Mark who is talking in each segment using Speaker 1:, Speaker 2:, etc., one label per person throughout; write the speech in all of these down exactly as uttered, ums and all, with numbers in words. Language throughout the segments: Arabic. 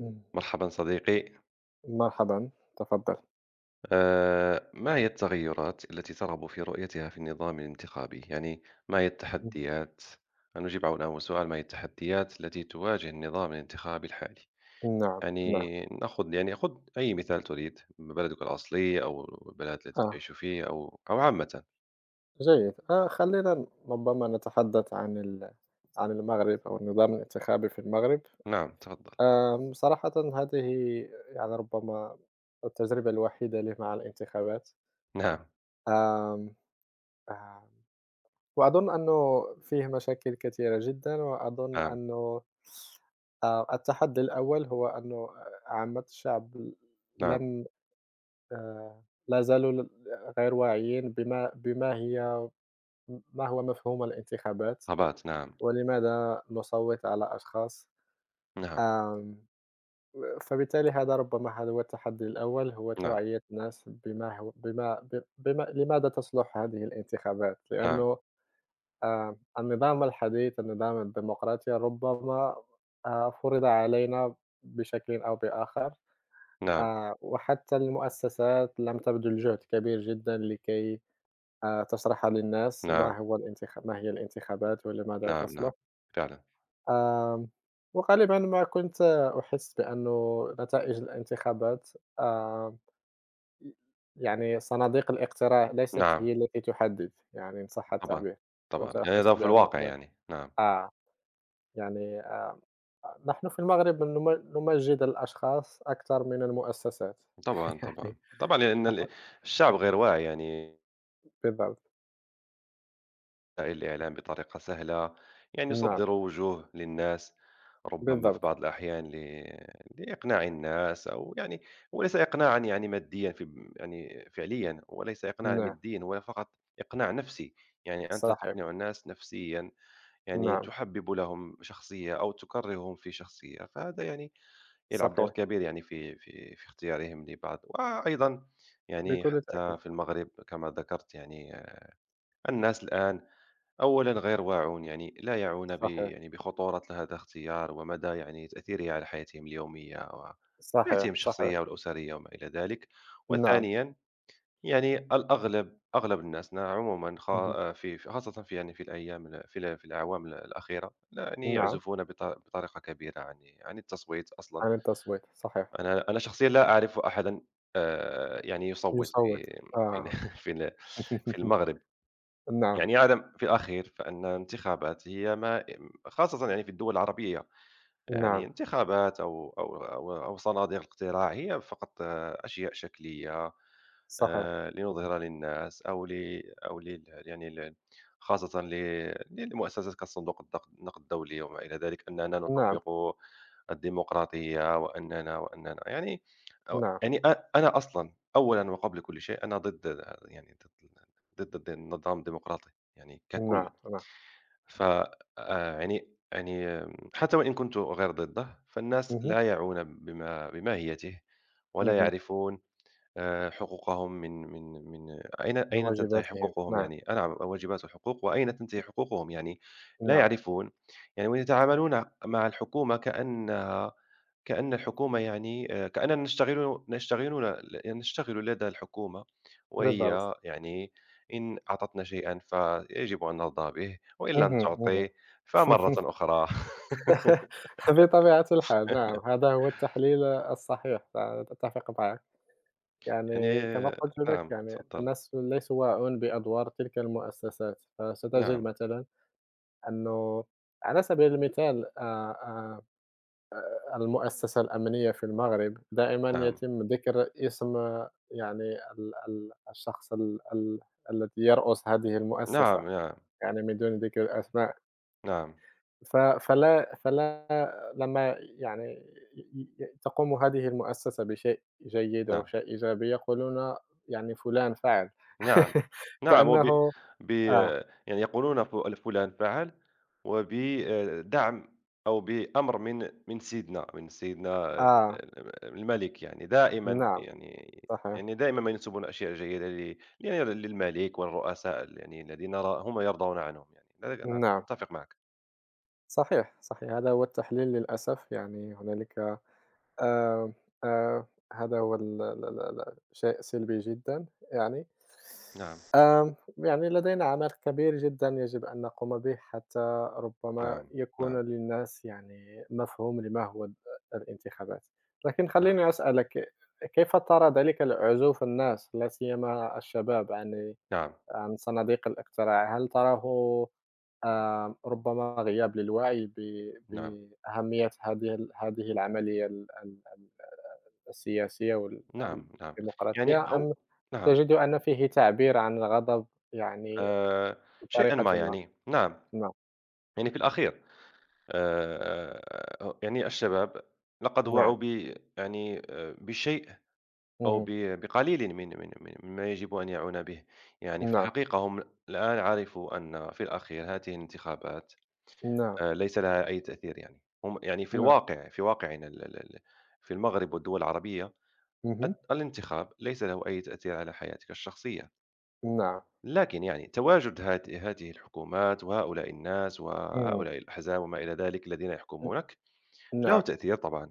Speaker 1: إمم،
Speaker 2: مرحبا صديقي.
Speaker 1: مرحبًا، تفضّل.
Speaker 2: آه، ما هي التغيرات التي ترغب في رؤيتها في النظام الانتخابي؟ يعني ما هي
Speaker 1: إمم.
Speaker 2: التحديات؟ نجيب عن أول سؤال، ما هي التحديات التي تواجه النظام الانتخابي الحالي؟
Speaker 1: نعم، نعم،
Speaker 2: يعني نأخذ يعني خذ أي مثال تريد من بلدك الأصلي أو البلد التي
Speaker 1: آه،
Speaker 2: تعيش فيه أو أو عامة.
Speaker 1: جيد. آه، خلّينا ربما نتحدث عن ال عن المغرب أو النظام الانتخابي في المغرب.
Speaker 2: نعم تفضل.
Speaker 1: آمم، صراحةً هذه يعني ربما التجربة الوحيدة لي مع الانتخابات.
Speaker 2: نعم.
Speaker 1: آمم، آمم، وأظن أنه فيه مشاكل كثيرة جدًا، وأظن
Speaker 2: نعم.
Speaker 1: أنه آآ، التحدي الأول هو أنه عامة الشعب
Speaker 2: نعم.
Speaker 1: لن آآ لا زالوا ل غير واعيين بما بما هي ما هو مفهوم الانتخابات،
Speaker 2: غابات. نعم.
Speaker 1: ولماذا نصوّت على أشخاص،
Speaker 2: نعم.
Speaker 1: آمم فبالتالي هذا ربما هذا هو التحدي الأول، هو
Speaker 2: نعم.
Speaker 1: توعية الناس بما هو بما ب بما لماذا تصلح هذه الانتخابات،
Speaker 2: نعم.
Speaker 1: لأنه آآ النظام الحديث، النظام الديمقراطي ربما آآ فرض علينا بشكل أو بآخر،
Speaker 2: نعم.
Speaker 1: آآ وحتى المؤسسات لم تبذل جهد كبير جدًا لكي آآ تشرحها للناس
Speaker 2: نعم.
Speaker 1: ما هو الانتخ ما هي الانتخابات ولماذا
Speaker 2: نعم. نعم.
Speaker 1: تصلح،
Speaker 2: فعلا.
Speaker 1: آمم، وغالبًا ما كنت أحس بأنه نتائج الانتخابات آمم، يعني صناديق الاقتراع ليست
Speaker 2: نعم.
Speaker 1: هي التي تحدد، يعني إن صح
Speaker 2: طبعا.
Speaker 1: التعبير،
Speaker 2: طبعا،
Speaker 1: كنت
Speaker 2: يعني
Speaker 1: أحس
Speaker 2: هذا في
Speaker 1: بأن
Speaker 2: الواقع،
Speaker 1: هناك
Speaker 2: يعني نعم.
Speaker 1: آه، يعني آمم، نحن في المغرب نم نمجّد الأشخاص أكثر من المؤسسات،
Speaker 2: طبعًا، طبعًا،
Speaker 1: يعني
Speaker 2: طبعًا، لأن ال الشعب غير واعي، يعني
Speaker 1: بالضبط،
Speaker 2: الإعلام بطريقة سهلة، يعني
Speaker 1: نعم،
Speaker 2: يصدّر وجوه للناس ربما في
Speaker 1: بالضبط،
Speaker 2: بعض الأحيان ل لإقناع الناس، أو يعني وليس إقناعًا يعني ماديًا في ب يعني فعليًا، وليس إقناعًا
Speaker 1: نعم،
Speaker 2: ماديًا، هو فقط إقناع نفسي. يعني أنت
Speaker 1: صحيح،
Speaker 2: تقنع الناس نفسيًا، يعني
Speaker 1: نعم،
Speaker 2: تحبِّب لهم شخصية أو تكرههم في شخصية. فهذا يعني يلعب دور
Speaker 1: صحيح.
Speaker 2: كبير يعني في في في اختيارهم لبعض، وأيضا يعني
Speaker 1: بكل تأكيد،
Speaker 2: حتى في المغرب كما ذكرت. يعني الناس الآن أولا غير واعون، يعني لا يعون ب
Speaker 1: صحيح،
Speaker 2: يعني بخطورة هذا الاختيار ومدى يعني تأثيره على حياتهم اليومية
Speaker 1: صحيح،
Speaker 2: وحياتهم
Speaker 1: صحيح،
Speaker 2: الشخصية والأسرية وما إلى ذلك.
Speaker 1: نعم،
Speaker 2: وثانيا، يعني الأغلب، أغلب الناس نا- عموما
Speaker 1: اهم،
Speaker 2: خا- في في- خاصة في يعني في الأيام ال- في ال- في الأعوام الأخيرة، لا يعني
Speaker 1: نعم،
Speaker 2: يعزفون بط- بطريقة كبيرة عن عن التصويت أصلا.
Speaker 1: عن التصويت، صحيح،
Speaker 2: أنا أنا شخصيًا لا أعرف أحدًا آآ يعني يصوّت
Speaker 1: يصوّت،
Speaker 2: في في ال
Speaker 1: آه،
Speaker 2: في ال في المغرب.
Speaker 1: نعم،
Speaker 2: يعني يعلم في الأخير فإن الانتخابات هي ما، خاصةً يعني في الدول العربية. يعني
Speaker 1: نعم،
Speaker 2: انتخابات أو أو أو أو صناديق الاقتراع هي فقط آه، أشياء شكلية،
Speaker 1: صحيح،
Speaker 2: آه، لنظهر للناس أو ل أو ل يعني ل- خاصة ل- للمؤسسات كصندوق الدق- النقد الدولي وما إلى ذلك أننا
Speaker 1: نعم،
Speaker 2: نطبق الديمقراطية، وأننا وأننا يعني أو-
Speaker 1: نعم،
Speaker 2: يعني أ- أنا أصلا أولا وقبل كل شيء أنا ضد، يعني ضد ضد النظام الديمقراطي يعني ككل.
Speaker 1: نعم، نعم،
Speaker 2: ف آآ يعني يعني آمم، حتى وإن كنت غير ضده، فالناس
Speaker 1: اهم،
Speaker 2: لا يعون بما بماهيته، ولا
Speaker 1: اهم،
Speaker 2: يعرفون آآ، حقوقهم من من من أين
Speaker 1: من
Speaker 2: أين تنتهي
Speaker 1: واجباتهم،
Speaker 2: حقوقهم.
Speaker 1: نعم،
Speaker 2: يعني آه نعم، واجبات وحقوق، وأين تنتهي حقوقهم، يعني لا
Speaker 1: نعم،
Speaker 2: يعرفون. يعني ويتعاملون مع الحكومة كأنها، كأن الحكومة يعني آآ كأننا نشتغل نشتغلون ل نشتغل لدى الحكومة،
Speaker 1: بالضبط،
Speaker 2: وهي يعني إن أعطتنا شيئًا فيجب أن نرضى به، وإن لم
Speaker 1: اهم،
Speaker 2: تعطِ
Speaker 1: اهم،
Speaker 2: فمرةً أخرى.
Speaker 1: بطبيعة الحال، نعم، هذا هو التحليل الصحيح، فأتفق معك،
Speaker 2: يعني
Speaker 1: يعني كما
Speaker 2: آه،
Speaker 1: قلت لك
Speaker 2: نعم،
Speaker 1: يعني
Speaker 2: تفضل.
Speaker 1: الناس ليسوا واعون بأدوار تلك المؤسسات، فستجد
Speaker 2: نعم.
Speaker 1: مثلًا أنه على سبيل المثال آآ آآ المؤسسة الأمنية في المغرب دائمًا
Speaker 2: نعم.
Speaker 1: يتم ذكر اسم آه، يعني ال ال الشخص ال ال الذي يرأس هذه المؤسسة،
Speaker 2: نعم. نعم.
Speaker 1: يعني من دون ذكر الأسماء،
Speaker 2: نعم.
Speaker 1: ف فلا فلا لمّا يعني ي ي تقوم هذه المؤسسة بشيء جيد أو
Speaker 2: نعم.
Speaker 1: شيء إيجابي يقولون يعني فلان فعل
Speaker 2: نعم. نعم وب
Speaker 1: كأنه
Speaker 2: ب
Speaker 1: آه،
Speaker 2: يعني يقولون ف فلان فعل، وبدعم أو بأمر من من سيدنا، من سيدنا ال
Speaker 1: آه،
Speaker 2: ال الملك. يعني دائمًا
Speaker 1: نعم
Speaker 2: يعني
Speaker 1: صحيح،
Speaker 2: يعني دائمًا ما ينسبون أشياء جيدة ل ل للملك والرؤساء، ال يعني الذين را هم يرضون عنهم، يعني، لذلك نعم
Speaker 1: نعم.
Speaker 2: أتفق معك.
Speaker 1: صحيح، صحيح، هذا هو التحليل للأسف، يعني هنالك آآ، آآ، هذا هو ال ال ال ال شيء سلبي جدًا يعني،
Speaker 2: نعم.
Speaker 1: يعني لدينا عمل كبير جدًا يجب أن نقوم به حتى ربما
Speaker 2: نعم. نعم.
Speaker 1: يكون للناس يعني مفهوم لما هو ال الانتخابات، لكن
Speaker 2: نعم.
Speaker 1: خلّيني أسألك كيف ترى ذلك العزوف الناس، لا سيما الشباب عن
Speaker 2: نعم.
Speaker 1: عن صناديق الاقتراع، هل تراه آآ ربما غياب للوعي ب
Speaker 2: نعم.
Speaker 1: بأهمية هذه ال هذه العملية ال ال السياسية وال
Speaker 2: نعم. نعم، يعني
Speaker 1: الديمقراطية
Speaker 2: أو
Speaker 1: أم
Speaker 2: نعم.
Speaker 1: تجد أن فيه تعبير عن الغضب يعني
Speaker 2: آآ شيئًا ما،
Speaker 1: بطريقة ما؟
Speaker 2: يعني، نعم.
Speaker 1: ما،
Speaker 2: يعني في الأخير، آآ، يعني الشباب لقد وعوا
Speaker 1: نعم،
Speaker 2: ب يعني آآ، بشيء، أو ب
Speaker 1: اهم،
Speaker 2: بقليل من من من مما يجب أن يعون به. يعني في
Speaker 1: نعم،
Speaker 2: الحقيقة هم الآن عرفوا أن في الأخير هذه الانتخابات
Speaker 1: نعم،
Speaker 2: آآ، ليس لها أي تأثير. يعني، هم يعني في
Speaker 1: نعم،
Speaker 2: الواقع، في واقعنا ال ال ال في المغرب والدول العربية،
Speaker 1: اهم،
Speaker 2: الت الانتخاب ليس له أي تأثير على حياتك الشخصية،
Speaker 1: نعم،
Speaker 2: لكن يعني تواجد هذ هذه الحكومات وهؤلاء الناس
Speaker 1: اهم،
Speaker 2: وهؤلاء الأحزاب وما إلى ذلك الذين
Speaker 1: ن
Speaker 2: يحكمونك، له
Speaker 1: نعم،
Speaker 2: تأثير طبعًا.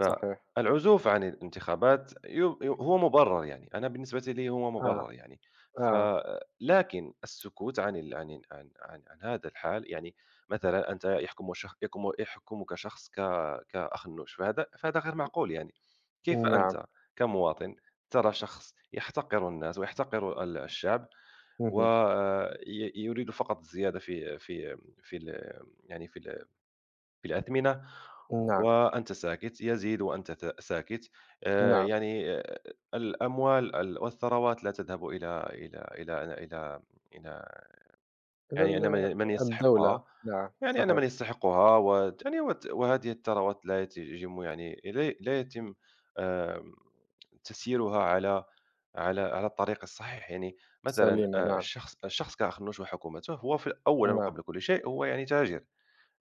Speaker 1: صحيح،
Speaker 2: فالعزوف عن الانتخابات يو يو هو مبرر، يعني، أنا بالنسبة لي هو
Speaker 1: آه،
Speaker 2: مبرر. يعني، ف
Speaker 1: آه،
Speaker 2: لكن السكوت عن ال عن ال عن عن عن هذا الحال، يعني مثلًا أنت يحكم شخ يكم يحكمك شخص ك كأخ نُّشْ، فهذا فهذا غير معقول. يعني، كيف
Speaker 1: نعم،
Speaker 2: أنت كمواطن ترى شخص يحتقر الناس ويحتقر ال الشعب، وي
Speaker 1: اهم،
Speaker 2: يريد فقط الزيادة في في في ال يعني في ال بالأثمنة،
Speaker 1: نعم،
Speaker 2: وأنت ساكت، يزيد وأنت ت ساكت. آآ
Speaker 1: نعم،
Speaker 2: يعني آآ الأموال ال والثروات لا تذهب إلى إلى إلى إلى إلى
Speaker 1: إلى
Speaker 2: يعني إلى
Speaker 1: ال
Speaker 2: من من
Speaker 1: الدولة،
Speaker 2: يستحقها.
Speaker 1: نعم،
Speaker 2: يعني إلى
Speaker 1: صحيح.
Speaker 2: من يستحقها، وت يعني وت وهذه الثروات لا يتم يعني لا لا يتم آمم تسييرها على على على الطريق الصحيح. يعني مثلًا،
Speaker 1: سليمة
Speaker 2: آآ
Speaker 1: نعم،
Speaker 2: الشخص، الشخص كأخ النوش وحكومته، هو في أولًا
Speaker 1: نعم،
Speaker 2: وقبل كل شيء هو يعني تاجر.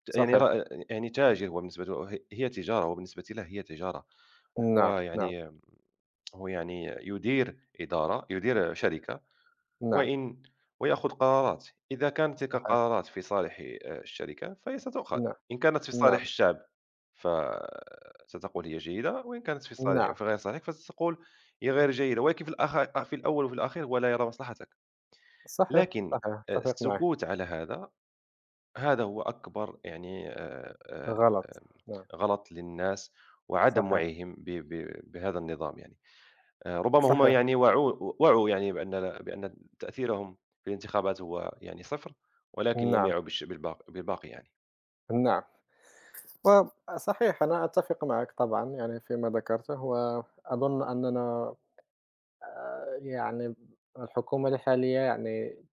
Speaker 2: ت يعني
Speaker 1: صحيح،
Speaker 2: را يعني تاجر، هو بالنسبة له ه هي تجارة، هو بالنسبة له هي تجارة. هو
Speaker 1: نعم، نعم،
Speaker 2: يعني هو يعني يدير إدارة، يدير شركة
Speaker 1: نعم،
Speaker 2: وإن ويأخذ قرارات. إذا كانت تلك
Speaker 1: صحيح،
Speaker 2: القرارات في صالح آآ الشركة فهي ستُؤخذ،
Speaker 1: نعم،
Speaker 2: إن كانت في
Speaker 1: نعم،
Speaker 2: صالح الشعب فستقول هي جيدة، وإن كانت في صالح
Speaker 1: نعم،
Speaker 2: في غير صالحك فستقول هي غير جيدة، ولكن في الأخ في الأول وفي الأخير هو لا يرى مصلحتك.
Speaker 1: صحيح،
Speaker 2: لكن
Speaker 1: صحيح،
Speaker 2: آه،
Speaker 1: أتفق معك،
Speaker 2: السكوت على هذا، هذا هو أكبر يعني آآ آآ
Speaker 1: غلط،
Speaker 2: آمم
Speaker 1: نعم،
Speaker 2: غلط للناس، وعدم
Speaker 1: صحيح،
Speaker 2: وعيهم ب ب بهذا النظام. يعني. آآ ربما هم
Speaker 1: صحيح،
Speaker 2: يعني وعوا وعوا يعني بأن، بأن تأثيرهم في الانتخابات هو يعني صفر، ولكن لم
Speaker 1: نعم،
Speaker 2: يعوا بالش بالباق بالباقي. يعني.
Speaker 1: نعم، وصحيح أنا أتفق معك طبعًا يعني فيما ذكرته، وأظن أننا يعني الحكومة الحالية يعني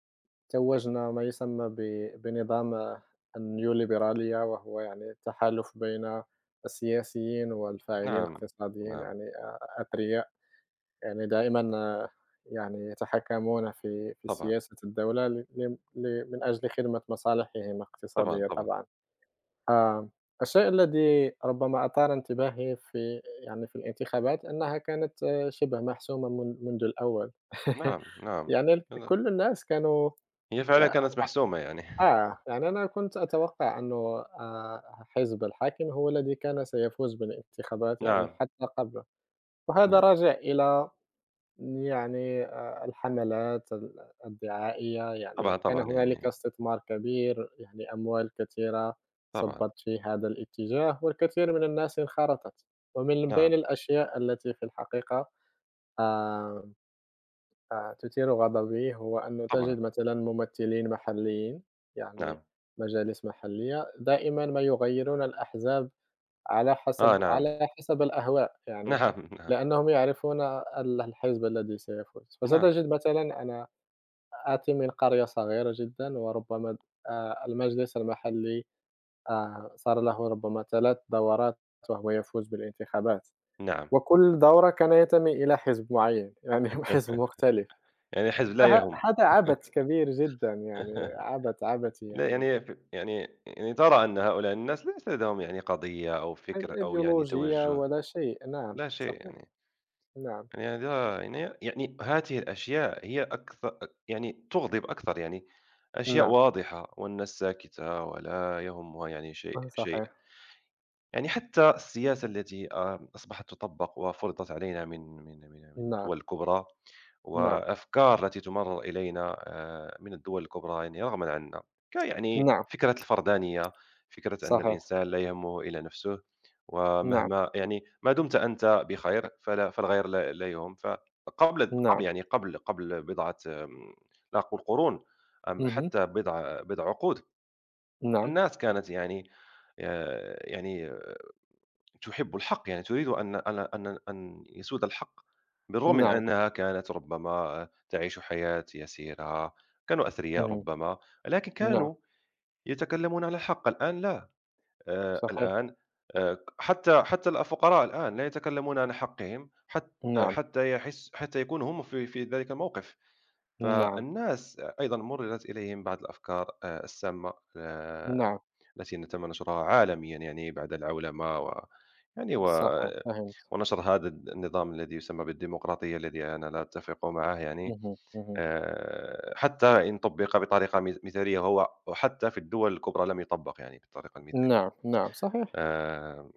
Speaker 1: توجنا ما يسمى ب بنظام النيوليبرالية، وهو يعني تحالف بين السياسيين والفاعلين
Speaker 2: نعم،
Speaker 1: الاقتصاديين
Speaker 2: نعم.
Speaker 1: يعني أ أثرياء. يعني دائمًا آه، يعني يتحكمون في في
Speaker 2: طبعًا،
Speaker 1: سياسة الدولة ل ل ل من أجل خدمة مصالحهم
Speaker 2: طبعًا،
Speaker 1: الاقتصادية
Speaker 2: طبعًا.
Speaker 1: طبعًا. آمم، الشيء الذي ربما أثار انتباهي في يعني في الانتخابات أنها كانت آه، شبه محسومة من منذ الأول.
Speaker 2: نعم، نعم.
Speaker 1: يعني ال كل الناس كانوا
Speaker 2: هي فعلًا
Speaker 1: أ
Speaker 2: كانت محسومة. يعني.
Speaker 1: آه، يعني أنا كنت أتوقع أنه آآ، حزب الحاكم هو الذي كان سيفوز بالانتخابات يعني
Speaker 2: نعم،
Speaker 1: حتى قبله، وهذا
Speaker 2: نعم.
Speaker 1: راجع إلى يعني آآ الحملات ال الدعائية، يعني
Speaker 2: طبعًا،
Speaker 1: كان
Speaker 2: طبعًا،
Speaker 1: هنالك
Speaker 2: يعني
Speaker 1: استثمار كبير، يعني أموال كثيرة
Speaker 2: طبعًا.
Speaker 1: صُبَّت في هذا الاتجاه، والكثير من الناس انخرطت، ومن
Speaker 2: نعم،
Speaker 1: بين الأشياء التي في الحقيقة آمم آآ تثير غضبي، هو أنه
Speaker 2: طبعًا.
Speaker 1: تجد مثلًا ممثلين محليين، يعني
Speaker 2: نعم.
Speaker 1: مجالس محلية، دائمًا ما يغيّرون الأحزاب على
Speaker 2: آه
Speaker 1: حسب
Speaker 2: نعم.
Speaker 1: على حسب الأهواء، يعني
Speaker 2: نعم، نعم.
Speaker 1: لأنهم يعرفون ال الحزب الذي سيفوز،
Speaker 2: نعم،
Speaker 1: فستجد مثلًا أنا آتي من قرية صغيرة جدًا وربما آآ المجلس المحلي آآ صار له ربما ثلاث دورات وهو يفوز بالانتخابات،
Speaker 2: نعم.
Speaker 1: وكل دورة كان ينتمي إلى حزب معيّن، يعني حزب مختلف،
Speaker 2: يعني حزب لا
Speaker 1: فه
Speaker 2: يهم.
Speaker 1: هذا عبث كبير جدًا يعني عبث عبثي
Speaker 2: لا
Speaker 1: يعني،
Speaker 2: يعني ف يعني يعني ترى أن هؤلاء الناس ليس لديهم يعني قضية أو
Speaker 1: حيث
Speaker 2: فكر أو يعني
Speaker 1: أيديولوجية
Speaker 2: توجه،
Speaker 1: ولا شيء، نعم
Speaker 2: لا شيء.
Speaker 1: صحيح،
Speaker 2: يعني
Speaker 1: نعم،
Speaker 2: يعني هذا يعني يعني هذه الأشياء هي أكثر، يعني تغضب أكثر. يعني. أشياء
Speaker 1: نعم،
Speaker 2: واضحة والناس ساكتة ولا يهمها يعني شيء شيء.
Speaker 1: صحيح،
Speaker 2: يعني حتى السياسة التي آه، أصبحت تطبق وفرضت علينا من من من من
Speaker 1: نعم.
Speaker 2: الدول الكبرى،
Speaker 1: نعم،
Speaker 2: وأفكار التي تمرر إلينا آه، من الدول الكبرى، يعني رغما عنا، ك- يعني
Speaker 1: نعم،
Speaker 2: فكرة الفردانية، فكرة أن
Speaker 1: صحيح،
Speaker 2: الإنسان لا يهمه إلا نفسه،
Speaker 1: نعم،
Speaker 2: ومهما يعني ما دمت أنت بخير فلا، فالغير لا لا يهم. فقبل قبل
Speaker 1: نعم،
Speaker 2: يعني قبل قبل بضعة آم، لا أقول قرون، أم
Speaker 1: اهم،
Speaker 2: حتى بضع بضع عقود،
Speaker 1: نعم،
Speaker 2: الناس كانت، يعني آه، يعني تحب الحق، يعني تريد أن أن أن أن يسود الحق، بالرغم من
Speaker 1: نعم،
Speaker 2: أنها كانت ربما تعيش حياة يسيرة، كانوا أثرياء
Speaker 1: اهم،
Speaker 2: ربما، لكن
Speaker 1: نعم،
Speaker 2: كانوا يتكلمون على الحق. الآن لا، آآ
Speaker 1: صحيح،
Speaker 2: الآن، آآ حتى حتى الفقراء الآن لا يتكلمون عن حقهم، حت
Speaker 1: نعم،
Speaker 2: حتى يحس، حتى يكونوا هم في في ذلك الموقف.
Speaker 1: نعم،
Speaker 2: فالناس أيضًا مرّرت إليهم بعض الأفكار آآ السامة، آآ
Speaker 1: نعم،
Speaker 2: التي نتم نشرها عالميًا، يعني بعد العولمة و يعني و
Speaker 1: صحيح، فهمت،
Speaker 2: ونشر هذا النظام الذي يسمى بالديمقراطية الذي أنا لا أتفق معه. يعني
Speaker 1: اهم، اهم،
Speaker 2: آآ، حتى إن طبّق بطريقة مث مثالية، هو وحتى في الدول الكبرى لم يطبّق يعني بالطريقة المثالية.
Speaker 1: نعم، نعم، صحيح،
Speaker 2: آآ،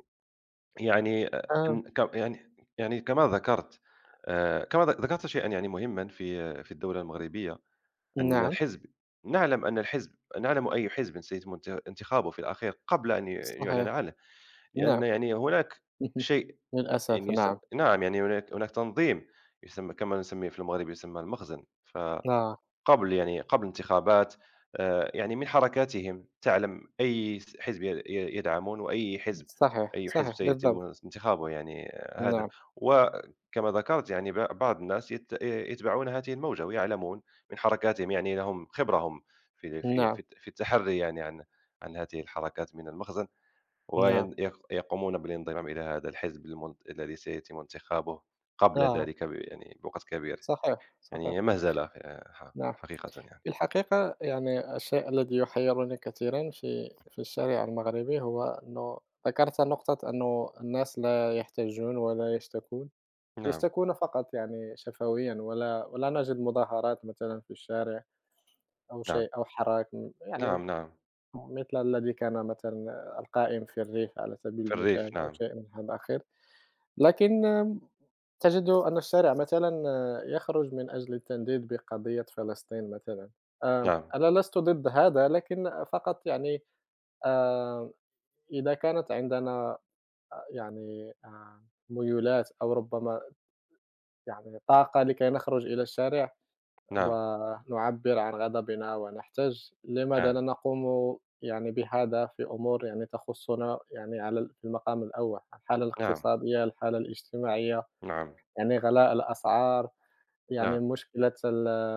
Speaker 2: يعني آآ، إن
Speaker 1: آمم،
Speaker 2: ك يعني يعني كما ذكرت، آآ، كما ذ ذكرت شيئًا يعني مهمًا في في الدولة المغربية، أن
Speaker 1: نعم،
Speaker 2: الحزب، نعلم أن الحزب، نعلم أي حزب سيتم انت انتخابه في الأخير قبل أن ي يعلن
Speaker 1: صحيح،
Speaker 2: عنه. لأن
Speaker 1: نعم،
Speaker 2: يعني هناك
Speaker 1: اهم،
Speaker 2: شيء، يعني
Speaker 1: للأسف
Speaker 2: يسم
Speaker 1: نعم،
Speaker 2: نعم، يعني هناك هناك تنظيم يسمى، كما نسميه في المغرب يسمى المخزن.
Speaker 1: آه،
Speaker 2: فقبل، يعني قبل الانتخابات، آآ، يعني من حركاتهم تعلم أي س حزب ي ي يدعمون، وأي حزب،
Speaker 1: صحيح،
Speaker 2: أي حزب
Speaker 1: صحيح،
Speaker 2: سيتم
Speaker 1: بالضبط،
Speaker 2: انتخابه. يعني آه، هذا.
Speaker 1: نعم،
Speaker 2: وكما ذكرت، يعني ب بعض الناس يت يتبعون هذه الموجة ويعلمون من حركاتهم. يعني لهم خبرة هم في في في
Speaker 1: نعم،
Speaker 2: الت في التحري يعني عن عن هذه الحركات من المخزن.
Speaker 1: نعم،
Speaker 2: وين يق يقومون بالانضمام إلى هذا الحزب، المن الذي سيتم انتخابه قبل
Speaker 1: آه،
Speaker 2: ذلك ب يعني بوقت كبير.
Speaker 1: صحيح،
Speaker 2: يعني
Speaker 1: صحيح،
Speaker 2: هي مهزلة آآ ح
Speaker 1: نعم.
Speaker 2: حقيقةً. يعني.
Speaker 1: في الحقيقة يعني الشيء الذي يحيرني كثيرا في في الشارع المغربي هو أنه ذكرت نقطة أنه الناس لا يحتجون ولا يشتكون
Speaker 2: نعم،
Speaker 1: يشتكون فقط يعني شفويا ولا ولا نجد مظاهرات مثلا في الشارع أو
Speaker 2: نعم،
Speaker 1: شيء أو حراك يعني
Speaker 2: نعم، نعم،
Speaker 1: مثل الذي كان مثلا القائم في الريف على سبيل
Speaker 2: في الريف،
Speaker 1: المثال أو
Speaker 2: نعم،
Speaker 1: شيء من هذا الأخير لكن تجد أن الشارع مثلًا يخرج من أجل التنديد بقضية فلسطين مثلًا، آآ،
Speaker 2: نعم،
Speaker 1: أنا لست ضد هذا، لكن فقط يعني آآ، إذا كانت عندنا آآ، يعني آآ، ميولات أو ربما يعني طاقة لكي نخرج إلى الشارع
Speaker 2: نعم،
Speaker 1: ونعبّر عن غضبنا ونحتج، لماذا
Speaker 2: نعم،
Speaker 1: لا نقوم يعني بهذا في أمور يعني تخصنا يعني على ال في المقام الأول، الحالة
Speaker 2: نعم،
Speaker 1: الاقتصادية، الحالة الاجتماعية،
Speaker 2: نعم،
Speaker 1: يعني غلاء الأسعار.
Speaker 2: نعم،
Speaker 1: يعني مشكلة ال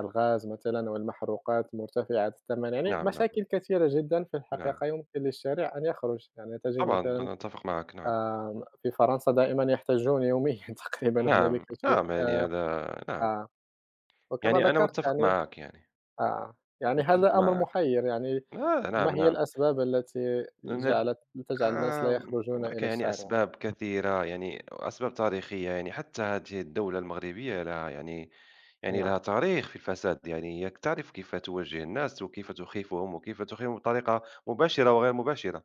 Speaker 1: الغاز مثلًا والمحروقات مرتفعة الثمن، يعني
Speaker 2: نعم، نعم،
Speaker 1: مشاكل كثيرة جدًا في
Speaker 2: نعم،
Speaker 1: الحقيقة يمكن للشارع أن يخرج، يعني تجد
Speaker 2: طبعًا
Speaker 1: مثلًا
Speaker 2: أنا أتفق معك، نعم،
Speaker 1: آمم، في فرنسا دائمًا يحتجون يوميًا تقريبًا هنالك
Speaker 2: نعم،
Speaker 1: شيء
Speaker 2: نعم، يعني
Speaker 1: آآ،
Speaker 2: هذا، نعم،
Speaker 1: آه، وكما
Speaker 2: يعني أنا
Speaker 1: ذكرت
Speaker 2: متفق
Speaker 1: يعني
Speaker 2: معك، يعني،
Speaker 1: آه، يعني
Speaker 2: متفق
Speaker 1: هذا أمر
Speaker 2: معك،
Speaker 1: محير يعني
Speaker 2: آه،
Speaker 1: ما هي
Speaker 2: نعم،
Speaker 1: الأسباب التي
Speaker 2: نعم.
Speaker 1: جعلت تجعل الناس لا
Speaker 2: آمم،
Speaker 1: يخرجون
Speaker 2: هناك
Speaker 1: إلى
Speaker 2: يعني
Speaker 1: الشارع؟
Speaker 2: أسباب كثيرة، يعني وأسباب تاريخية. يعني حتى هذه الدولة المغربية لها، يعني يعني
Speaker 1: نعم،
Speaker 2: لها تاريخ في الفساد. يعني هي تعرف كيف توجه الناس وكيف تخيفهم، وكيف تخيفهم بطريقة مباشرة وغير مباشرة.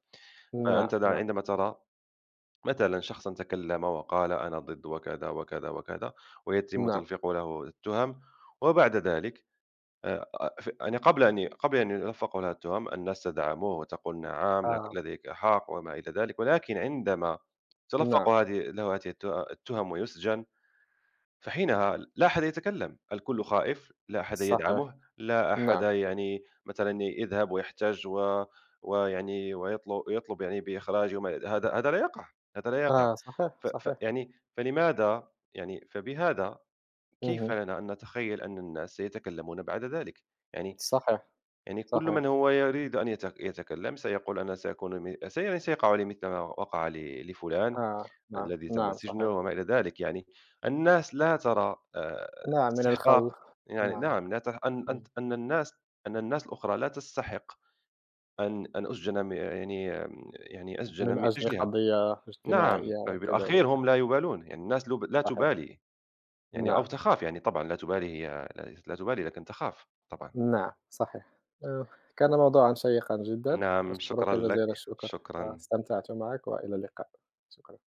Speaker 1: نعم،
Speaker 2: فأنت د
Speaker 1: نعم،
Speaker 2: عندما ترى مثلًا شخصًا تكلم وقال أنا ضد وكذا، وكذا، وكذا، ويتم
Speaker 1: نعم،
Speaker 2: تلفيق له التهم، وبعد ذلك آآ أ ف يعني قبل أن ي قبل أن يُلفّق لها التُّهَم، الناس تدعمه وتقول نعم لك
Speaker 1: آه،
Speaker 2: لديك حق وما إلى ذلك، ولكن عندما تُلفّق
Speaker 1: نعم،
Speaker 2: هذه له هذه الت التُّهم ويُسجن، فحينها لا أحد يتكلم، الكل خائف، لا أحد
Speaker 1: صحيح،
Speaker 2: يدعمه، لا أحد
Speaker 1: نعم،
Speaker 2: يعني مثلًا يذهب ويحتج و ويعني ويطل يطلب يعني بإخراجه وما إلى هذا. هذا لا يقع، هذا لا يقع.
Speaker 1: آه، صحيح،
Speaker 2: ف ف
Speaker 1: صحيح،
Speaker 2: يعني فلماذا، يعني فبهذا كيف
Speaker 1: اهم.
Speaker 2: لنا أن نتخيل أن الناس سيتكلمون بعد ذلك؟ يعني
Speaker 1: صحيح،
Speaker 2: يعني كل
Speaker 1: صحيح.
Speaker 2: من هو يريد أن يتك يتكلم سيقول أنا سأكون م سي يعني سيقع لي مثل ما وقع ل لفلان
Speaker 1: آه، نعم،
Speaker 2: الذي تم
Speaker 1: نعم
Speaker 2: سجنه
Speaker 1: صحيح.
Speaker 2: وما إلى ذلك. يعني. الناس لا ترى آآ
Speaker 1: نعم، من
Speaker 2: استحقاق.
Speaker 1: الخوف،
Speaker 2: يعني
Speaker 1: نعم،
Speaker 2: نعم، لا تر أن أن
Speaker 1: إمم،
Speaker 2: أن الناس، أن الناس الأخرى لا تستحق أن أن أسجن، م يعني آمم يعني أسجن
Speaker 1: من
Speaker 2: من
Speaker 1: أجل
Speaker 2: أجلها.
Speaker 1: قضية
Speaker 2: نعم،
Speaker 1: اجتماعية كذلك،
Speaker 2: بالأخير هم لا يبالون. يعني الناس لب لا
Speaker 1: صحيح،
Speaker 2: تبالي، يعني أو
Speaker 1: نعم،
Speaker 2: تخاف. يعني طبعًا لا تبالي، هي لا لا تبالي، لكن تخاف طبعًا.
Speaker 1: نعم، صحيح. آه، كان موضوعًا شيقًا جدًا،
Speaker 2: نعم، شكرًا
Speaker 1: أشكرك
Speaker 2: لك،
Speaker 1: جزيل الشكر،
Speaker 2: شكرًا.
Speaker 1: واستمتعت معك وإلى اللقاء، شكرًا.